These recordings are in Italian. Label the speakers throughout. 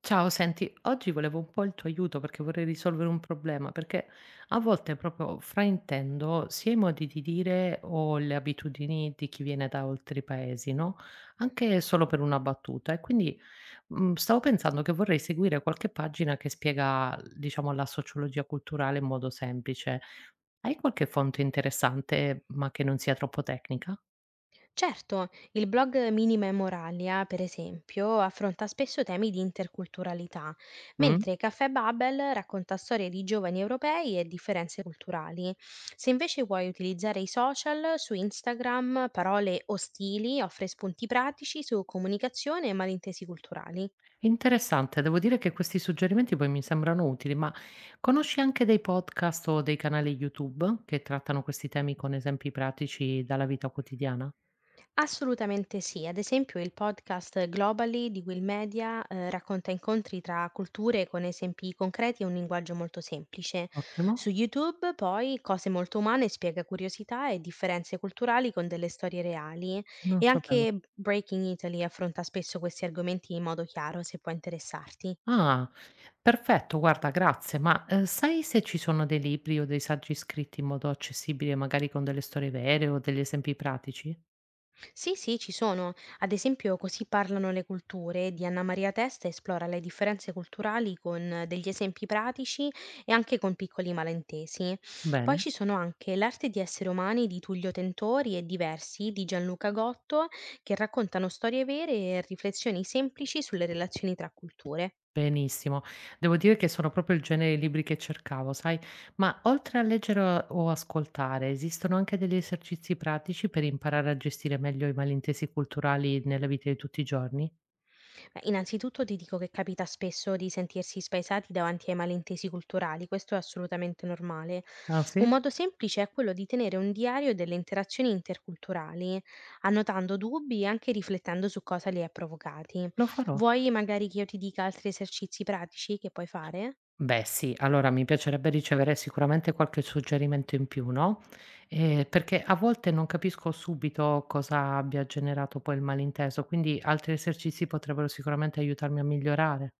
Speaker 1: Ciao, senti, oggi volevo un po' il tuo aiuto perché vorrei risolvere un problema, perché a volte proprio fraintendo sia i modi di dire o le abitudini di chi viene da altri paesi, no? Anche solo per una battuta. E quindi stavo pensando che vorrei seguire qualche pagina che spiega, diciamo, la sociologia culturale in modo semplice. Hai qualche fonte interessante, ma che non sia troppo tecnica?
Speaker 2: Certo, il blog Minima e Moralia, per esempio, affronta spesso temi di interculturalità,
Speaker 1: Mm?
Speaker 2: mentre Caffè Babel racconta storie di giovani europei e differenze culturali. Se invece vuoi utilizzare i social, su Instagram, parole ostili offre spunti pratici su comunicazione e malintesi culturali.
Speaker 1: Interessante, devo dire che questi suggerimenti poi mi sembrano utili, ma conosci anche dei podcast o dei canali YouTube che trattano questi temi con esempi pratici dalla vita quotidiana?
Speaker 2: Assolutamente sì. Ad esempio il podcast Globally di Will Media, racconta incontri tra culture con esempi concreti e un linguaggio molto semplice.
Speaker 1: Ottimo,
Speaker 2: Su YouTube poi Cose molto umane spiega curiosità e differenze culturali con delle storie reali
Speaker 1: non
Speaker 2: e
Speaker 1: sapevo.
Speaker 2: anche Breaking Italy affronta spesso questi argomenti in modo chiaro, se può interessarti.
Speaker 1: Ah, perfetto, guarda, grazie, ma sai se ci sono dei libri o dei saggi scritti in modo accessibile, magari con delle storie vere o degli esempi pratici?
Speaker 2: Sì, sì, ci sono. Ad esempio, Così parlano le culture di Anna Maria Testa esplora le differenze culturali con degli esempi pratici e anche con piccoli malintesi. Poi
Speaker 1: Bene.
Speaker 2: ci sono anche L'arte di essere umani di Tullio Tentori e Diversi di Gianluca Gotto, che raccontano storie vere e riflessioni semplici sulle relazioni tra culture.
Speaker 1: Benissimo. Devo dire che sono proprio il genere di libri che cercavo, sai? Ma oltre a leggere o ascoltare, esistono anche degli esercizi pratici per imparare a gestire meglio i malintesi culturali nella vita di tutti i giorni?
Speaker 2: Beh, innanzitutto ti dico che capita spesso di sentirsi spaesati davanti ai malintesi culturali, questo è assolutamente normale.
Speaker 1: Ah,
Speaker 2: Un
Speaker 1: sì?
Speaker 2: modo semplice è quello di tenere un diario delle interazioni interculturali, annotando dubbi e anche riflettendo su cosa li ha provocati.
Speaker 1: Lo farò.
Speaker 2: Vuoi magari che io ti dica altri esercizi pratici che puoi fare?
Speaker 1: Beh, sì, allora mi piacerebbe ricevere sicuramente qualche suggerimento in più, no? Perché a volte non capisco subito cosa abbia generato poi il malinteso, quindi altri esercizi potrebbero sicuramente aiutarmi a migliorare.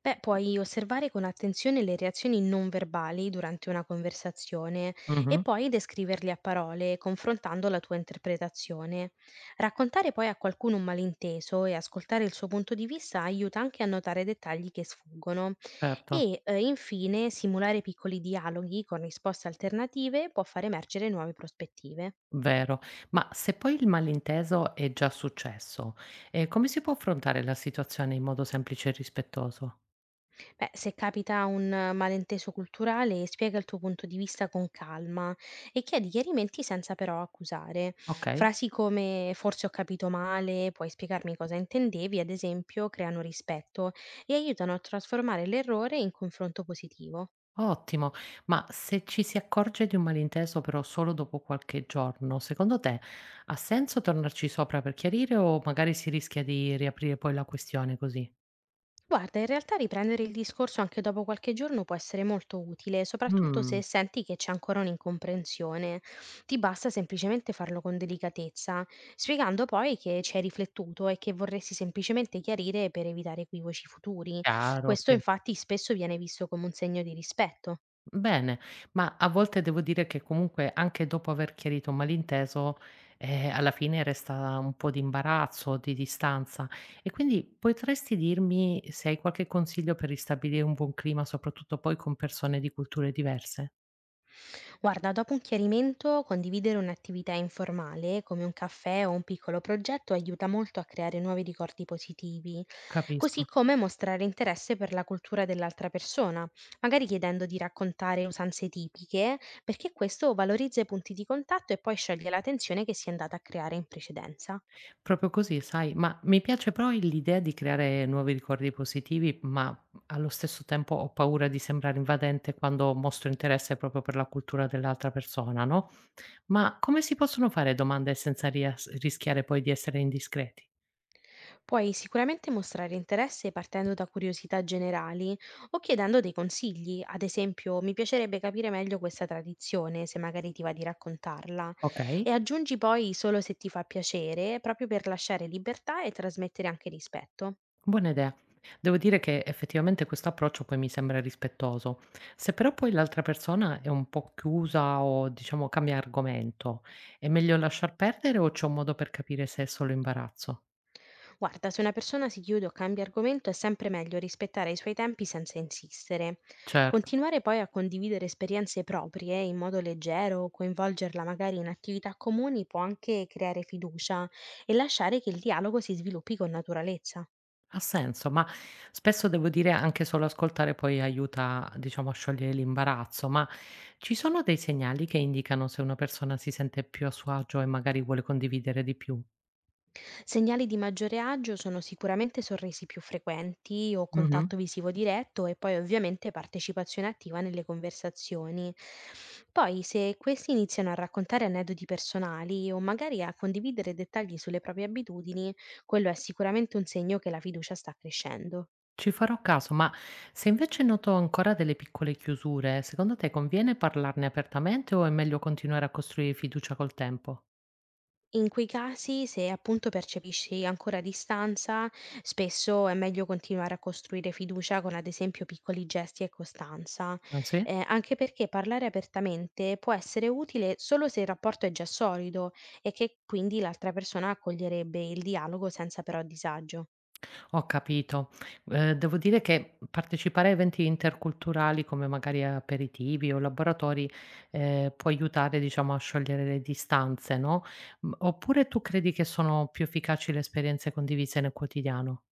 Speaker 2: Beh, puoi osservare con attenzione le reazioni non verbali durante una conversazione e
Speaker 1: Mhm,
Speaker 2: poi descriverle a parole, confrontando la tua interpretazione. Raccontare poi a qualcuno un malinteso e ascoltare il suo punto di vista aiuta anche a notare dettagli che sfuggono.
Speaker 1: certo.
Speaker 2: E infine, simulare piccoli dialoghi con risposte alternative può far emergere nuove prospettive.
Speaker 1: Vero, ma se poi il malinteso è già successo, come si può affrontare la situazione in modo semplice e rispettoso?
Speaker 2: Beh, se capita un malinteso culturale, spiega il tuo punto di vista con calma e chiedi chiarimenti senza però accusare.
Speaker 1: Okay,
Speaker 2: Frasi come forse ho capito male, puoi spiegarmi cosa intendevi, ad esempio, creano rispetto e aiutano a trasformare l'errore in confronto positivo.
Speaker 1: ottimo. Ma se ci si accorge di un malinteso però solo dopo qualche giorno, secondo te ha senso tornarci sopra per chiarire o magari si rischia di riaprire poi la questione così?
Speaker 2: Guarda, in realtà riprendere il discorso anche dopo qualche giorno può essere molto utile, soprattutto se
Speaker 1: Mh,
Speaker 2: senti che c'è ancora un'incomprensione. Ti basta semplicemente farlo con delicatezza, spiegando poi che ci hai riflettuto e che vorresti semplicemente chiarire per evitare equivoci futuri.
Speaker 1: chiaro,
Speaker 2: Questo
Speaker 1: sì.
Speaker 2: infatti spesso viene visto come un segno di rispetto.
Speaker 1: Bene, ma a volte devo dire che comunque anche dopo aver chiarito un malinteso, alla fine resta un po' di imbarazzo, di distanza. E quindi potresti dirmi se hai qualche consiglio per ristabilire un buon clima, soprattutto poi con persone di culture diverse?
Speaker 2: Guarda, dopo un chiarimento, condividere un'attività informale, come un caffè o un piccolo progetto, aiuta molto a creare nuovi ricordi positivi, così
Speaker 1: Capisco.
Speaker 2: come mostrare interesse per la cultura dell'altra persona, magari chiedendo di raccontare usanze tipiche, perché questo valorizza i punti di contatto e poi scioglie la tensione che si è andata a creare in precedenza.
Speaker 1: Proprio così, sai, ma mi piace però l'idea di creare nuovi ricordi positivi, ma allo stesso tempo ho paura di sembrare invadente quando mostro interesse proprio per la cultura dell'altra persona, no? Ma come si possono fare domande senza rias rischiare poi di essere indiscreti?
Speaker 2: Puoi sicuramente mostrare interesse partendo da curiosità generali o chiedendo dei consigli, ad esempio mi piacerebbe capire meglio questa tradizione, se magari ti va di raccontarla, e
Speaker 1: Okay,
Speaker 2: aggiungi poi solo se ti fa piacere, proprio per lasciare libertà e trasmettere anche rispetto.
Speaker 1: buona idea. Devo dire che effettivamente questo approccio poi mi sembra rispettoso. Se però poi l'altra persona è un po' chiusa o diciamo cambia argomento, è meglio lasciar perdere o c'è un modo per capire se è solo imbarazzo?
Speaker 2: Guarda, se una persona si chiude o cambia argomento è sempre meglio rispettare i suoi tempi senza insistere.
Speaker 1: Certo.
Speaker 2: Continuare poi a condividere esperienze proprie in modo leggero o coinvolgerla magari in attività comuni può anche creare fiducia e lasciare che il dialogo si sviluppi con naturalezza.
Speaker 1: Ha senso, ma spesso devo dire anche solo ascoltare poi aiuta, diciamo, a sciogliere l'imbarazzo, ma ci sono dei segnali che indicano se una persona si sente più a suo agio e magari vuole condividere di più?
Speaker 2: Segnali di maggiore agio sono sicuramente sorrisi più frequenti o
Speaker 1: Mhm.
Speaker 2: contatto visivo diretto e poi ovviamente partecipazione attiva nelle conversazioni. Poi se questi iniziano a raccontare aneddoti personali o magari a condividere dettagli sulle proprie abitudini, quello è sicuramente un segno che la fiducia sta crescendo.
Speaker 1: Ci farò caso, ma se invece noto ancora delle piccole chiusure, secondo te conviene parlarne apertamente o è meglio continuare a costruire fiducia col tempo?
Speaker 2: In quei casi, se appunto percepisci ancora distanza, spesso è meglio continuare a costruire fiducia con ad esempio piccoli gesti e costanza,
Speaker 1: Ah, sì?
Speaker 2: anche perché parlare apertamente può essere utile solo se il rapporto è già solido e che quindi l'altra persona accoglierebbe il dialogo senza però disagio.
Speaker 1: Ho capito. Devo dire che partecipare a eventi interculturali come magari aperitivi o laboratori, può aiutare, diciamo, a sciogliere le distanze, no, mhmm, oppure tu credi che sono più efficaci le esperienze condivise nel quotidiano?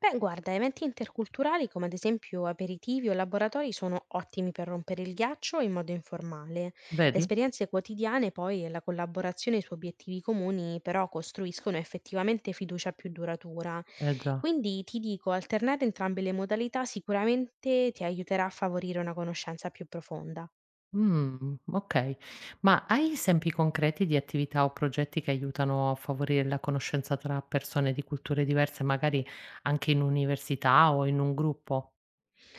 Speaker 2: Beh, guarda, eventi interculturali come ad esempio aperitivi o laboratori sono ottimi per rompere il ghiaccio in modo informale. Le
Speaker 1: Vedi?
Speaker 2: esperienze quotidiane poi e la collaborazione su obiettivi comuni però costruiscono effettivamente fiducia più duratura.
Speaker 1: Eh già.
Speaker 2: Quindi ti dico, alternare entrambe le modalità sicuramente ti aiuterà a favorire una conoscenza più profonda.
Speaker 1: Okay. Ma hai esempi concreti di attività o progetti che aiutano a favorire la conoscenza tra persone di culture diverse, magari anche in università o in un gruppo?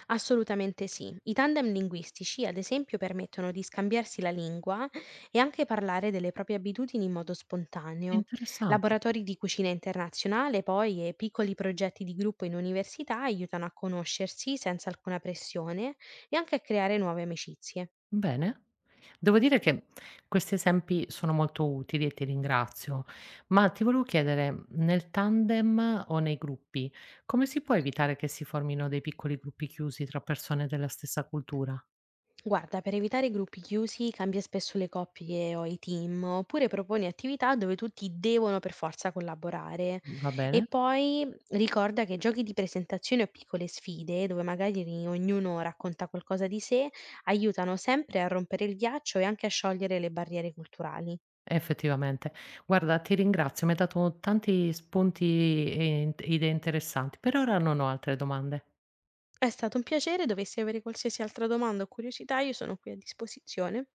Speaker 2: Assolutamente sì. I tandem linguistici, ad esempio, permettono di scambiarsi la lingua e anche parlare delle proprie abitudini in modo spontaneo.
Speaker 1: Interessante.
Speaker 2: Laboratori di cucina internazionale, poi, e piccoli progetti di gruppo in università aiutano a conoscersi senza alcuna pressione e anche a creare nuove amicizie.
Speaker 1: Bene. Devo dire che questi esempi sono molto utili e ti ringrazio, ma ti volevo chiedere, nel tandem o nei gruppi, come si può evitare che si formino dei piccoli gruppi chiusi tra persone della stessa cultura?
Speaker 2: Guarda, per evitare gruppi chiusi, cambia spesso le coppie o i team, oppure proponi attività dove tutti devono per forza collaborare.
Speaker 1: Va
Speaker 2: E
Speaker 1: bene?
Speaker 2: poi ricorda che giochi di presentazione o piccole sfide, dove magari ognuno racconta qualcosa di sé, aiutano sempre a rompere il ghiaccio e anche a sciogliere le barriere culturali.
Speaker 1: Effettivamente. Guarda, ti ringrazio, mi hai dato tanti spunti e idee interessanti. Per ora non ho altre domande.
Speaker 2: È stato un piacere, dovessi avere qualsiasi altra domanda o curiosità, io sono qui a disposizione.